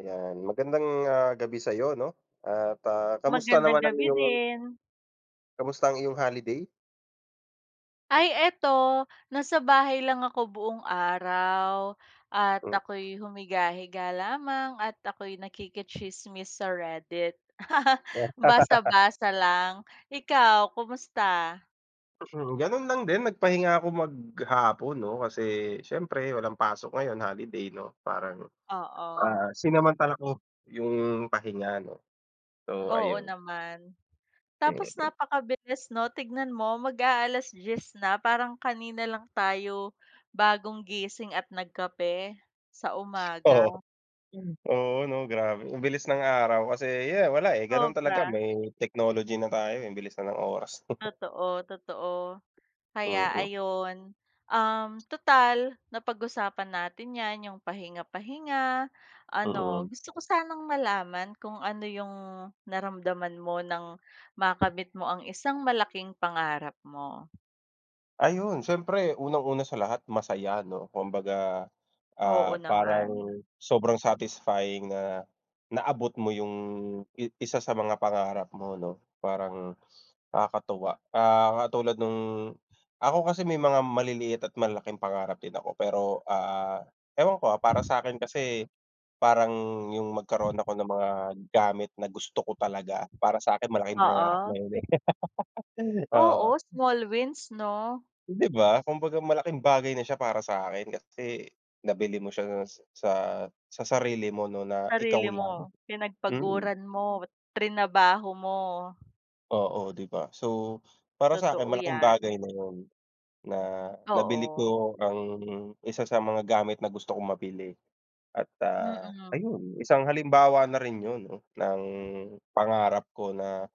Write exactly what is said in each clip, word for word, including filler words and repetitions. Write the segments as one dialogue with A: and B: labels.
A: Ayan, magandang ah, gabi sa'yo 'no at, ah, kamusta
B: Magandang
A: naman ang
B: gabi
A: iyong
B: din.
A: kamusta ang iyong holiday?
B: Ay eto, nasa bahay lang ako buong araw at
A: Hmm,
B: ako'y humiga-higa lamang at ako'y nakikitsismis sa Reddit. Basa-basa lang. Ikaw, kumusta?
A: gano'n lang din nagpahinga ako maghapon 'no, kasi siyempre walang pasok ngayon, holiday 'no, parang,
B: Oo.
A: ah, sinamantala ko yung pahinga 'no. So
B: Oo
A: ayun,
B: naman.
A: mm,
B: Tapos napakabilis 'no, tignan mo mag a diyes na parang kanina lang tayo bagong gising at nagkape sa umaga.
A: oo, oo 'no, grabe ang bilis ng araw kasi yeah, wala, eh, gano'n talaga,
B: Sobra,
A: may technology na tayo, eh, ang bilis na ng oras.
B: totoo, totoo. Kaya
A: Mm, mm.
B: ayun, um, tutal napag-usapan natin 'yan, yung pahinga-pahinga, ano,
A: Mm.
B: gusto ko sanang malaman kung ano yung naramdaman mo nang makamit mo ang isang malaking pangarap mo.
A: Ayun, siyempre unang-una sa lahat masaya 'no, kumbaga
B: Oo
A: Ah,
B: naman.
A: parang sobrang satisfying na naabot mo yung i isa sa mga pangarap mo 'no, parang nakakatuwa. Ah, katulad nung, ako kasi may mga maliliit at malalaking pangarap din ako, pero, ah, ewan ko, ah, para sa'kin kasi parang yung magkaroon ako ng mga gamit na gusto ko talaga, para sa'kin malaking pangarap na
B: Oo.
A: yun, eh, oo.
B: Oo, small wins 'no?
A: 'Di ba? Kumbaga malaking bagay na siya para sa akin, kasi nabili mo siya sa sa sa sarili mo 'no, na ikaw
B: Sarili mo,
A: lang. Mm,
B: pinagpaguran mo, trinabaho mo,
A: oo, 'di ba? So, para sa'kin
B: totoo
A: malaking bagay
B: 'yan.
A: na 'yun na nabili
B: Oo,
A: ko ang isa sa mga gamit na gusto kong mabili, at, ah,
B: mm.
A: ayun, isang halimbawa na rin 'yun 'no, ng pangarap ko na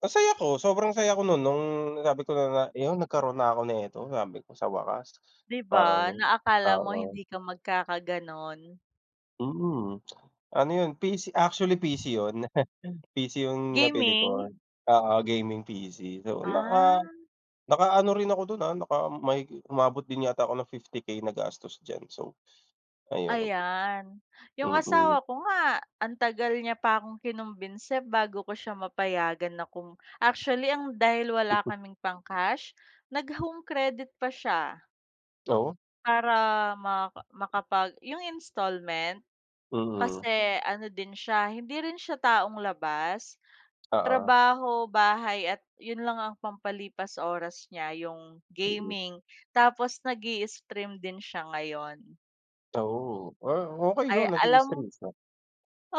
A: ang saya ko, sobrang saya ko nun, nung sabi ko na na, "Ayun, nagkaroon na ako nito," sabi ko sa wakas.
B: 'Di ba,
A: Parang
B: na akala mo
A: oo.
B: hindi ka magkakagano'n.
A: Mm, ano yun, P C actually, P C yun, PC yung nabili ko,
B: Gaming?
A: oo, gaming P C. So naka
B: Ah,
A: nakaano rin ako dun, ah, naka may umabot din yata ako ng fifty K na gastos diyan, so ayun,
B: ayan. Yung asawa
A: mm.
B: ko nga ang tagal niya pa akong kinumbinsi bago ko siya mapayagan na kum actually ang dahil wala kaming pang-cash, nag-home credit pa siya
A: Oo,
B: para maka makapag yung installment.
A: mm,
B: Kasi ano din siya, hindi rin siya taong labas,
A: oo,
B: trabaho, bahay at yun lang ang pampalipas oras niya yung
A: mm.
B: gaming. Tapos nag stream din siya ngayon.
A: Oo, ah, okey
B: Ay
A: yun,
B: alam
A: nag-i-stress ah,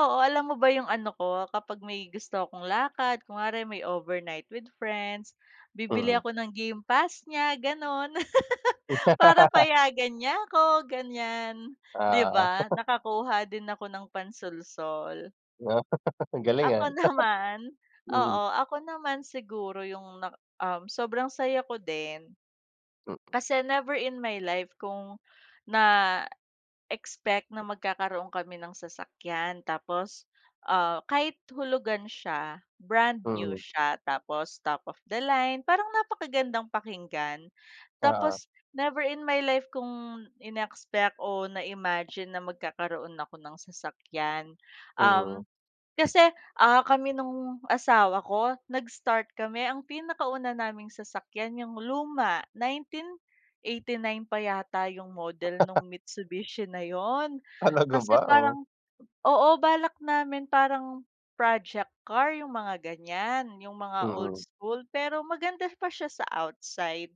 B: Oo, alam mo ba yung ano ko, kapag may gusto akong lakad, kunwari may overnight with friends, bibili
A: mm.
B: ako ng game pass niya, gano'n. Para payagan niya ako, ganyan.
A: Oo,
B: 'Di ba,
A: ah,
B: nakakuha din ako ng pansulsol.
A: galing,
B: Ako
A: ah,
B: naman
A: mm,
B: oo, ako naman siguro yung na um, sobrang saya ko din.
A: m
B: Kasi never in my life kung na expect na magkakaroon kami ng sasakyan tapos, ah, kahit hulugan siya, brand new
A: mm,
B: siya tapos top of the line, parang napakagandang pakinggan.
A: oo,
B: Tapos never in my life kong inexpect o na-imagine na magkakaroon ako ng sasakyan.
A: mm.
B: Um Kasi, ah, kami nung asawa ko nag-start kami ang pinakauna naming sasakyan yung luma nineteen eighty-nine pa yata yung model nung Mitsubishi na yon.
A: Talaga
B: Kasi
A: ba? Oh,
B: parang oo, balak namin parang project car yung mga ganyan, yung mga old
A: mm,
B: school pero maganda pa siya sa outside.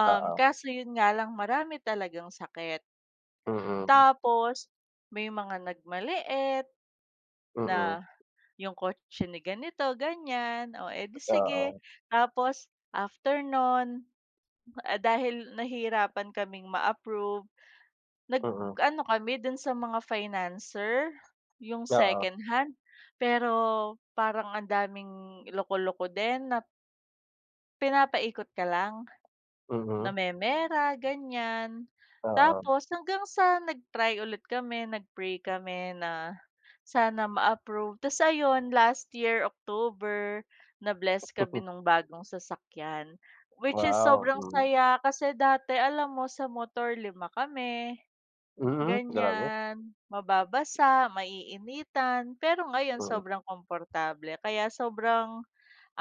B: Um,
A: oo,
B: kaso yun nga lang marami talagang sakit.
A: mm,
B: Tapos may mga nagmaliit
A: mm,
B: na yung kotse ni ganito, ganyan, o eh, sige.
A: oo.
B: Tapos after nun, ah, dahil nahirapan kaming ma-approve,
A: Mm,
B: nag-ano kami dun sa mga financer, yung
A: oo,
B: second hand. Pero parang ang daming loko-loko din na pinapaikot ka lang.
A: mm,
B: Namemera, ganyan.
A: oo.
B: Tapos hanggang sa nag-try ulit kami, nag-pray kami na sana ma-approve. Tas ayun, last year, October, na-bless kami nung bagong sasakyan. Which is
A: Wow,
B: sobrang
A: hmm,
B: saya kasi dati alam mo sa motor lima kami,
A: mm, grabe,
B: ganyan. Mababasa, maiinitan, pero ngayon
A: mm,
B: sobrang komportable. Kaya sobrang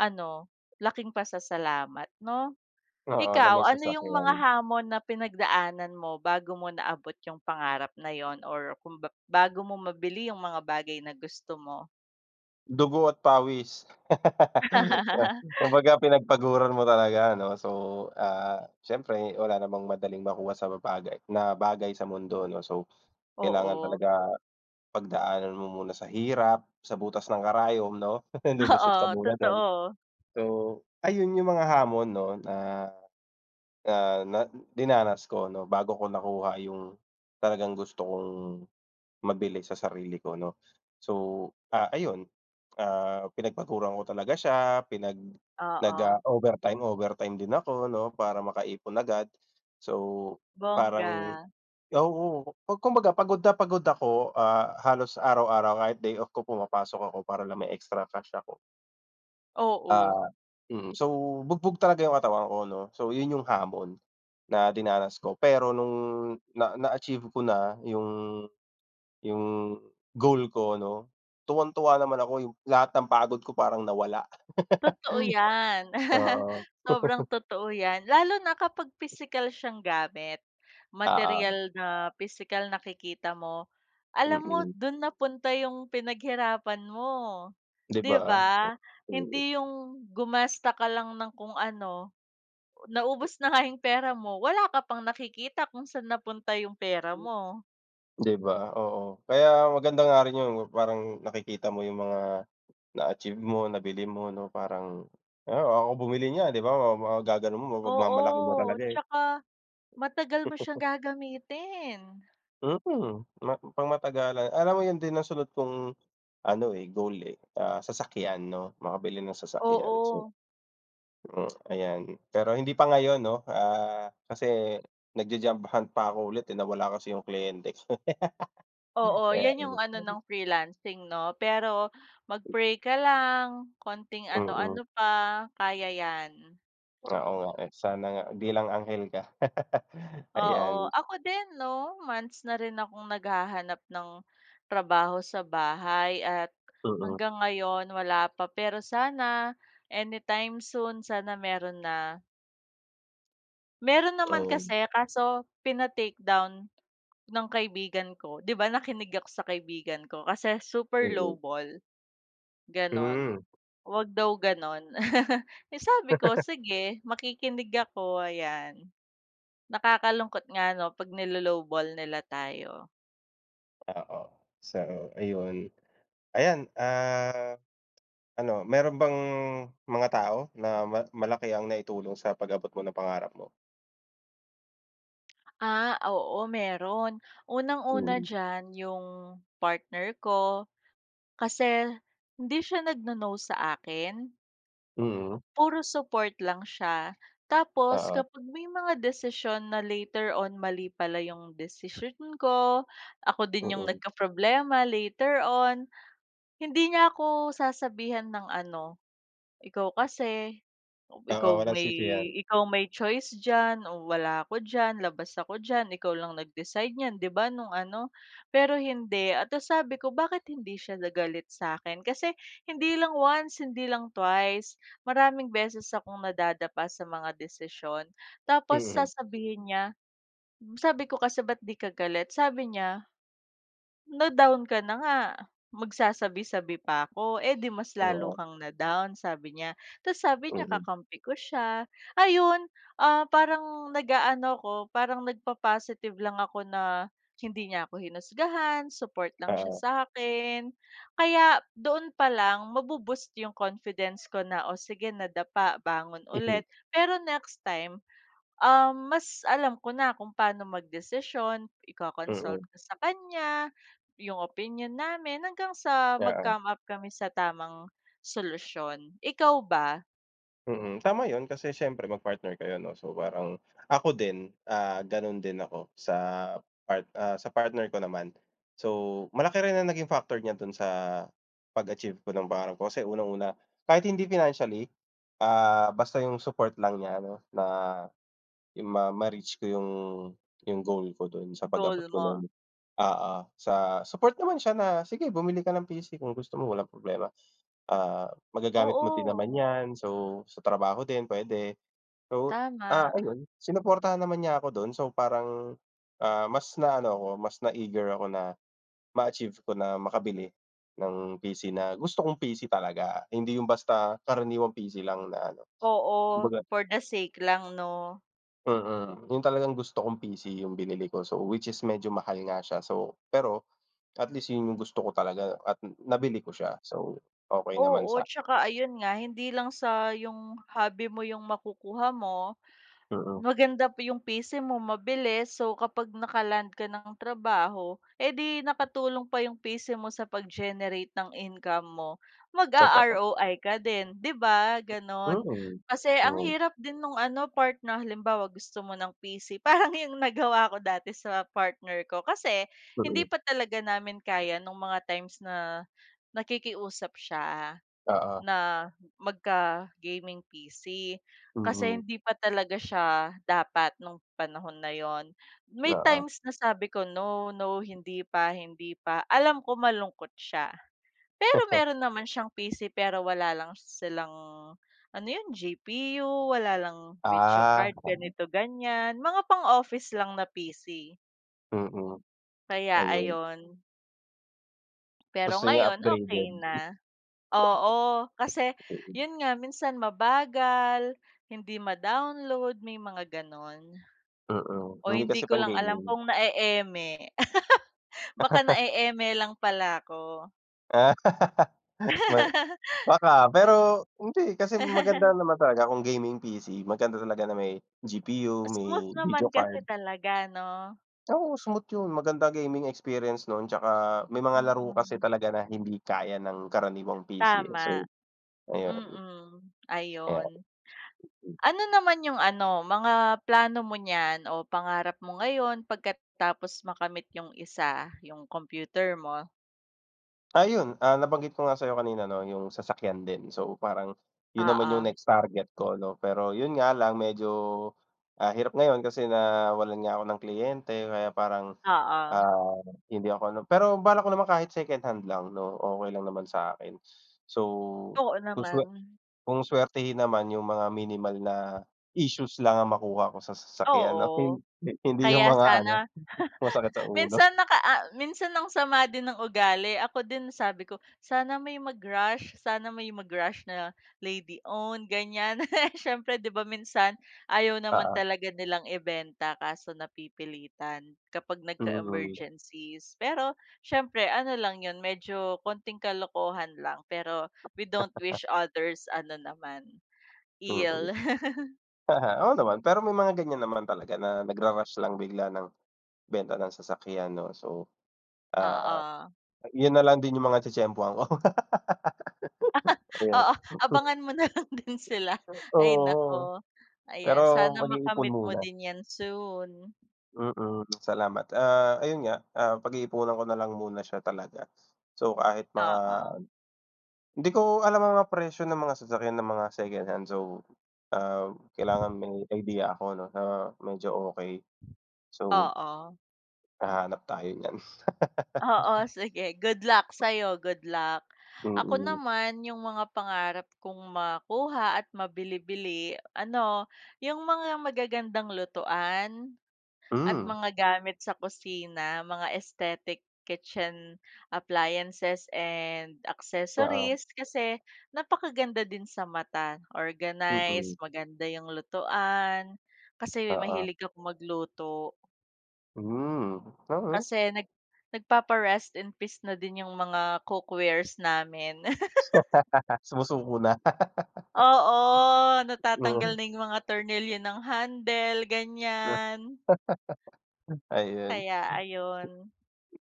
B: ano, laking pasasalamat 'no?
A: oo, na
B: Ikaw,
A: may
B: ano yung
A: sasakyan.
B: mga hamon na pinagdaanan mo bago mo naabot yung pangarap na yun or kung ba bago mo mabili yung mga bagay na gusto mo?
A: Dugo at pawis. Kumbaga pinagpaguran mo talaga, ano, so, ah, siyempre wala namang madaling makuha sa bagay na bagay sa mundo 'no, so kailangan
B: Oo.
A: talaga pagdaanan mo muna sa hirap, sa butas ng karayom 'no,
B: Oo,
A: lulusot ka muna dun.
B: totoo.
A: So, ayun yung mga hamon 'no na Ah, na dinanas ko 'no, bago ko nakuha yung talagang gusto kong mabili sa sarili ko 'no. So, ah, ayun, ah, pinagpaturan ko talaga siya, pinag nag,
B: Oo,
A: ah, overtime overtime din ako 'no, para makaipon agad. So,
B: bongga.
A: parang oo, pag kumbaga pagod na pagod ako, ah, halos araw-araw kahit day off ko, pumapasok ako para lang may extra cash ako.
B: Oo.
A: Ah, mm, so bugbog talaga yung katawan ko 'no, so yun yung hamon na dinanas ko, pero nung na na-achieve ko na yung yung goal ko 'no, tuwang-tuwa naman ako, yung lahat ng pagod ko parang nawala.
B: Totoo yan.
A: Oo.
B: Sobrang totoo yan. Lalo na kapag physical siyang gamit, material
A: Oo,
B: na physical nakikita mo, alam mo
A: mm,
B: dun napunta yung pinaghirapan mo,
A: 'di
B: 'di
A: ba?
B: ba?
A: Mm,
B: Hindi yung gumasta ka lang ng kung ano, naubos na nga yung pera mo, wala ka pang nakikita kung saan napunta yung pera mo.
A: 'di ba? Oo, kaya maganda nga rin yun, parang nakikita mo yung mga na-achieve mo, nabili mo 'no, parang, "Ah, ako bumili niyan." 'Di ba, ma magaganon mo,
B: Oo,
A: mapagmamalaki mo talaga, eh.
B: 'tsaka matagal mo siyang gagamitin.
A: Mm, ma pangmatagalan. Alam mo yun din ang sunod kong ano, eh, goal, eh, ah, sasakyan 'no, makabili ng sasakyan. So,
B: Oo.
A: hmm, ayan. Pero hindi pa ngayon 'no, ah, kasi nagja-job hunt pa ako ulit, eh, nawala kasi yung kliyente ko.
B: Oo,
A: Kaya
B: 'yan yung ano ng freelancing 'no, pero mag-pray ka lang, konting
A: mm,
B: ano-ano pa, kaya 'yan.
A: oo nga, eh, sana nga bilang lang anghel ka.
B: Oo,
A: Ayan,
B: ako din 'no, months na rin akong naghahanap ng trabaho sa bahay at
A: mm,
B: hanggang ngayon wala pa, pero sana anytime soon, sana meron na. Meron naman
A: oo,
B: kasi, kaso pina-take down ng kaibigan ko. 'Di ba nakinig ako sa kaibigan ko kasi super
A: mm,
B: lowball, gano'n.
A: hmm.
B: Wag daw gano'n. Eh, sabi ko, "Sige, makikinig ako," ayan. Nakakalungkot nga 'no 'pag nilo nila tayo.
A: Oo, so ayun. Ayan, ah, ano, meron bang mga tao na ma malaki ang naitulong sa pag-abot mo ng pangarap mo?
B: Ah, oo meron. Unang-una
A: Mm,
B: diyan yung partner ko, kasi hindi siya nagno-no sa akin.
A: mm,
B: Puro support lang siya. Tapos
A: oo.
B: kapag may mga desisyon na later on mali pala yung decision ko, ako din yung
A: Mm.
B: problema later on. Hindi niya ako sasabihan ng ano, "Ikaw kasi,
A: Oo,
B: ikaw
A: walang
B: may
A: sisihan.
B: ikaw may choice diyan o wala ako diyan, labas ako diyan, ikaw lang nag-decide niyan 'di ba nung ano." Pero hindi at tas sabi ko, "Bakit hindi siya nagalit sa akin, kasi hindi lang once, hindi lang twice, maraming beses akong nadadapa sa mga desisyon." Tapos
A: Mm.
B: sasabihin niya sabi ko kasi, "Ba't 'di ka galit?" Sabi niya na-down ka na nga, magsasabi-sabi pa ako, eh, 'di mas lalo
A: Oo,
B: kang na-down sabi niya. Tapos sabi niya
A: mm.
B: kakampi ko siya, ayun, ah, parang nag-aano ako, parang nagpa-positive lang ako na hindi niya ako hinusgahan, support lang siya
A: Oo.
B: sa akin. Kaya doon pa lang mabu yung confidence ko na, "O sige nadapa, bangon
A: Mhm.
B: ulit." Pero next time Um, mas alam ko na kung paano magdesisyon, iko-consult
A: Mm.
B: ko sa kanya, yung opinyon namin hanggang sa
A: Oo.
B: mag-come up kami sa tamang solusyon. Ikaw ba,
A: Mm. Tama 'yun, kasi siyempre mag-partner kayo 'no, so parang ako din, ah, gano'n din ako sa part ah, sa partner ko naman. So, malaki rin ang naging factor niya do'n sa pag-achieve ko ng pangarap ko, kasi unang-una, kahit hindi financially, ah, basta yung support lang niya, ano, na yung ma ma-reach ko yung yung goal ko do'n sa
B: goal
A: pag-abot ko
B: mo?
A: ng oo, sa support naman siya na, "Sige, bumili ka ng P C kung gusto mo, walang problema, ah, magagamit mo din naman
B: Oo,
A: 'yan, so sa trabaho din puwede." So, ah,
B: tama.
A: ayun, sinuportahan naman niya ako do'n, so parang, ah, mas na ano ako, mas na eager ako na ma-achieve ko, na makabili ng P C na gusto kong P C talaga, hindi yung basta karaniwang P C lang na ano,
B: Oo,
A: kumbaga
B: for the sake lang 'no?
A: mm, yung talagang gusto kong P C yung binili ko, so which is medyo mahal nga siya, so pero at least yun yung gusto ko talaga, at nabili ko siya. So, okey naman
B: Oo,
A: sa
B: 'tsaka ayun nga hindi lang sa yung hobby mo yung makukuha mo.
A: mm,
B: Maganda pa yung pace mo, mabilis. So, kapag naka ka ng trabaho, edi nakatulong pa yung pace mo sa pag-generate ng income mo.
A: totoo.
B: Mag-a-R O I ka din, 'di ba? Ganon.
A: Mm.
B: Kasi ang
A: Hmm,
B: hirap din nung ano, partner, halimbawa gusto mo ng P C. Parang yung nagawa ko dati sa partner ko. Kasi hindi
A: mm.
B: pa talaga namin kaya nung mga times na nakikiusap siya.
A: Oo,
B: Na magka-gaming P C. Kasi
A: mm,
B: hindi pa talaga siya dapat nung panahon na yon. May
A: oo.
B: times na sabi ko, "No, no, hindi pa, hindi pa." Alam ko malungkot siya. Pero meron naman siyang P C pero wala lang silang ano yun, G P U, wala lang video
A: Ah,
B: card, ganito, ganyan. Mga pang-office lang na P C.
A: mm,
B: Kaya
A: ayun.
B: ayon. Pero
A: Gusto niya
B: ngayon okey
A: upgraded.
B: na. Oo, kasi
A: Mm,
B: yun nga minsan mabagal, hindi ma-download, may mga gano'n.
A: mm.
B: O
A: Hindi
B: hindi
A: kasi
B: ko lang alam
A: pang-gaming.
B: kung nae-eme. Baka nae-eme lang pala ako.
A: Ah, ma baka, pero hindi kasi maganda naman talaga kung gaming P C, maganda talaga na may G P U, may
B: Smooth naman
A: video
B: kasi
A: card.
B: talaga 'no?
A: Oo, smooth yun. Maganda gaming experience nun, tsaka may mga laro kasi
B: Mm,
A: talaga na hindi kaya ng karaniwang P C, eh. So,
B: tama.
A: ayun,
B: Mm,
A: kaya
B: ayun. Ano naman yung ano, mga plano mo niyan o pangarap mo ngayon pagkatapos makamit yung isa, yung computer mo?
A: ah, yun, ah, nabanggit ko nga sa'yo kanina 'no, yung sasakyan din. So, parang yun naman yung
B: Oo,
A: next target ko 'no. Pero yun nga lang medyo, ah, hirap ngayon kasi nawalan nga ako ng kliyente, kaya parang,
B: oo.
A: ah, hindi ako ano, pero balak ko naman kahit secondhand lang 'no, okey lang naman sa'kin. So,
B: Oo naman,
A: gusto kung suwertehin naman yung mga minimal na issues lang ang makuha ko sa sasakyan 'no, hin
B: oo.
A: hindi yung
B: Kaya
A: mga ano,
B: sana
A: masakit sa ulo,
B: minsan naka ah, minsan ang sama din ng ugali ako din sabi ko, "Sana may mag-rush, sana may mag-rush na lady own ganyan." Siyempre 'di ba minsan ayaw naman
A: oo.
B: talaga nilang ibenta kaso napipilitan kapag
A: Mm,
B: nagka-emergencies. Pero siyempre ano lang 'yun, medyo konting kalokohan lang pero we don't wish others ano naman,
A: mm.
B: ill,
A: Oo naman, pero may mga ganyan naman talaga na nagra-rush lang bigla ng benta ng sasakyan 'no, so, ah,
B: oo.
A: yun na lang din yung mga tsetsempuhan ko, ayan.
B: Oo, abangan mo na lang din sila. Ay
A: Oo,
B: naku,
A: pero
B: ayan sana
A: mag-iipon
B: makamit mo
A: muna,
B: din 'yan soon.
A: mm, salamat. Ah, ayun nga, ah, pag-iipunan ko na lang muna siya talaga. So, kahit mga
B: Oo,
A: hindi ko alam ang mga presyo ng mga sasakyan ng mga secondhand. So, ah, kailangan may idea ako 'no, na medyo okey. So,
B: oo.
A: hahanap tayo niyan.
B: Oo, sige good luck sa'yo, good luck. Ako
A: Mm.
B: naman yung mga pangarap kong makuha at mabili-bili ano, yung mga magagandang lutuan. At
A: Hmm,
B: mga gamit sa kusina, mga aesthetic kitchen appliances and
A: oo.
B: accessories kasi napakaganda din sa mata,
A: Mm,
B: organized, maganda yung lutuan, kasi
A: oo.
B: mahilig ako magluto.
A: Hmm, oo.
B: Kasi nag nagpapa-rest in peace na din yung mga cookwares namin.
A: Ah, sumusuko na.
B: Oo, natatanggal
A: Oo.
B: na yung mga tornilyo ng handle, ganyan.
A: Ayun.
B: Kaya ayun,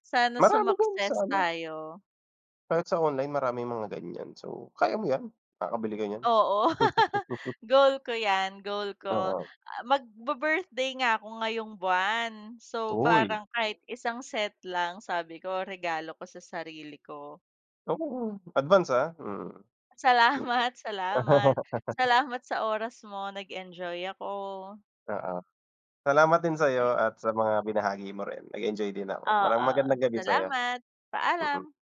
B: sana
A: Marami diyan sa
B: sumakses
A: ano,
B: tayo.
A: kahit sa online maraming mga ganyan. So, kaya mo 'yan. Makakabili ka niyan.
B: Oo, goal ko 'yan, goal ko.
A: Oo.
B: Ah, magbi-birthday nga ako ngayong buwan. So,
A: Uy,
B: parang kahit isang set lang sabi ko regalo ko sa sarili ko.
A: oo. Advance, ah. Mm.
B: Salamat, salamat. Salamat sa oras mo, nag-enjoy ako.
A: Oo. Salamat din
B: Ay
A: sa'yo, at sa mga binahagi mo rin, nag-enjoy din ako. Maraming
B: oo,
A: magandang gabi sa'yo,
B: salamat,
A: mm.
B: paalam.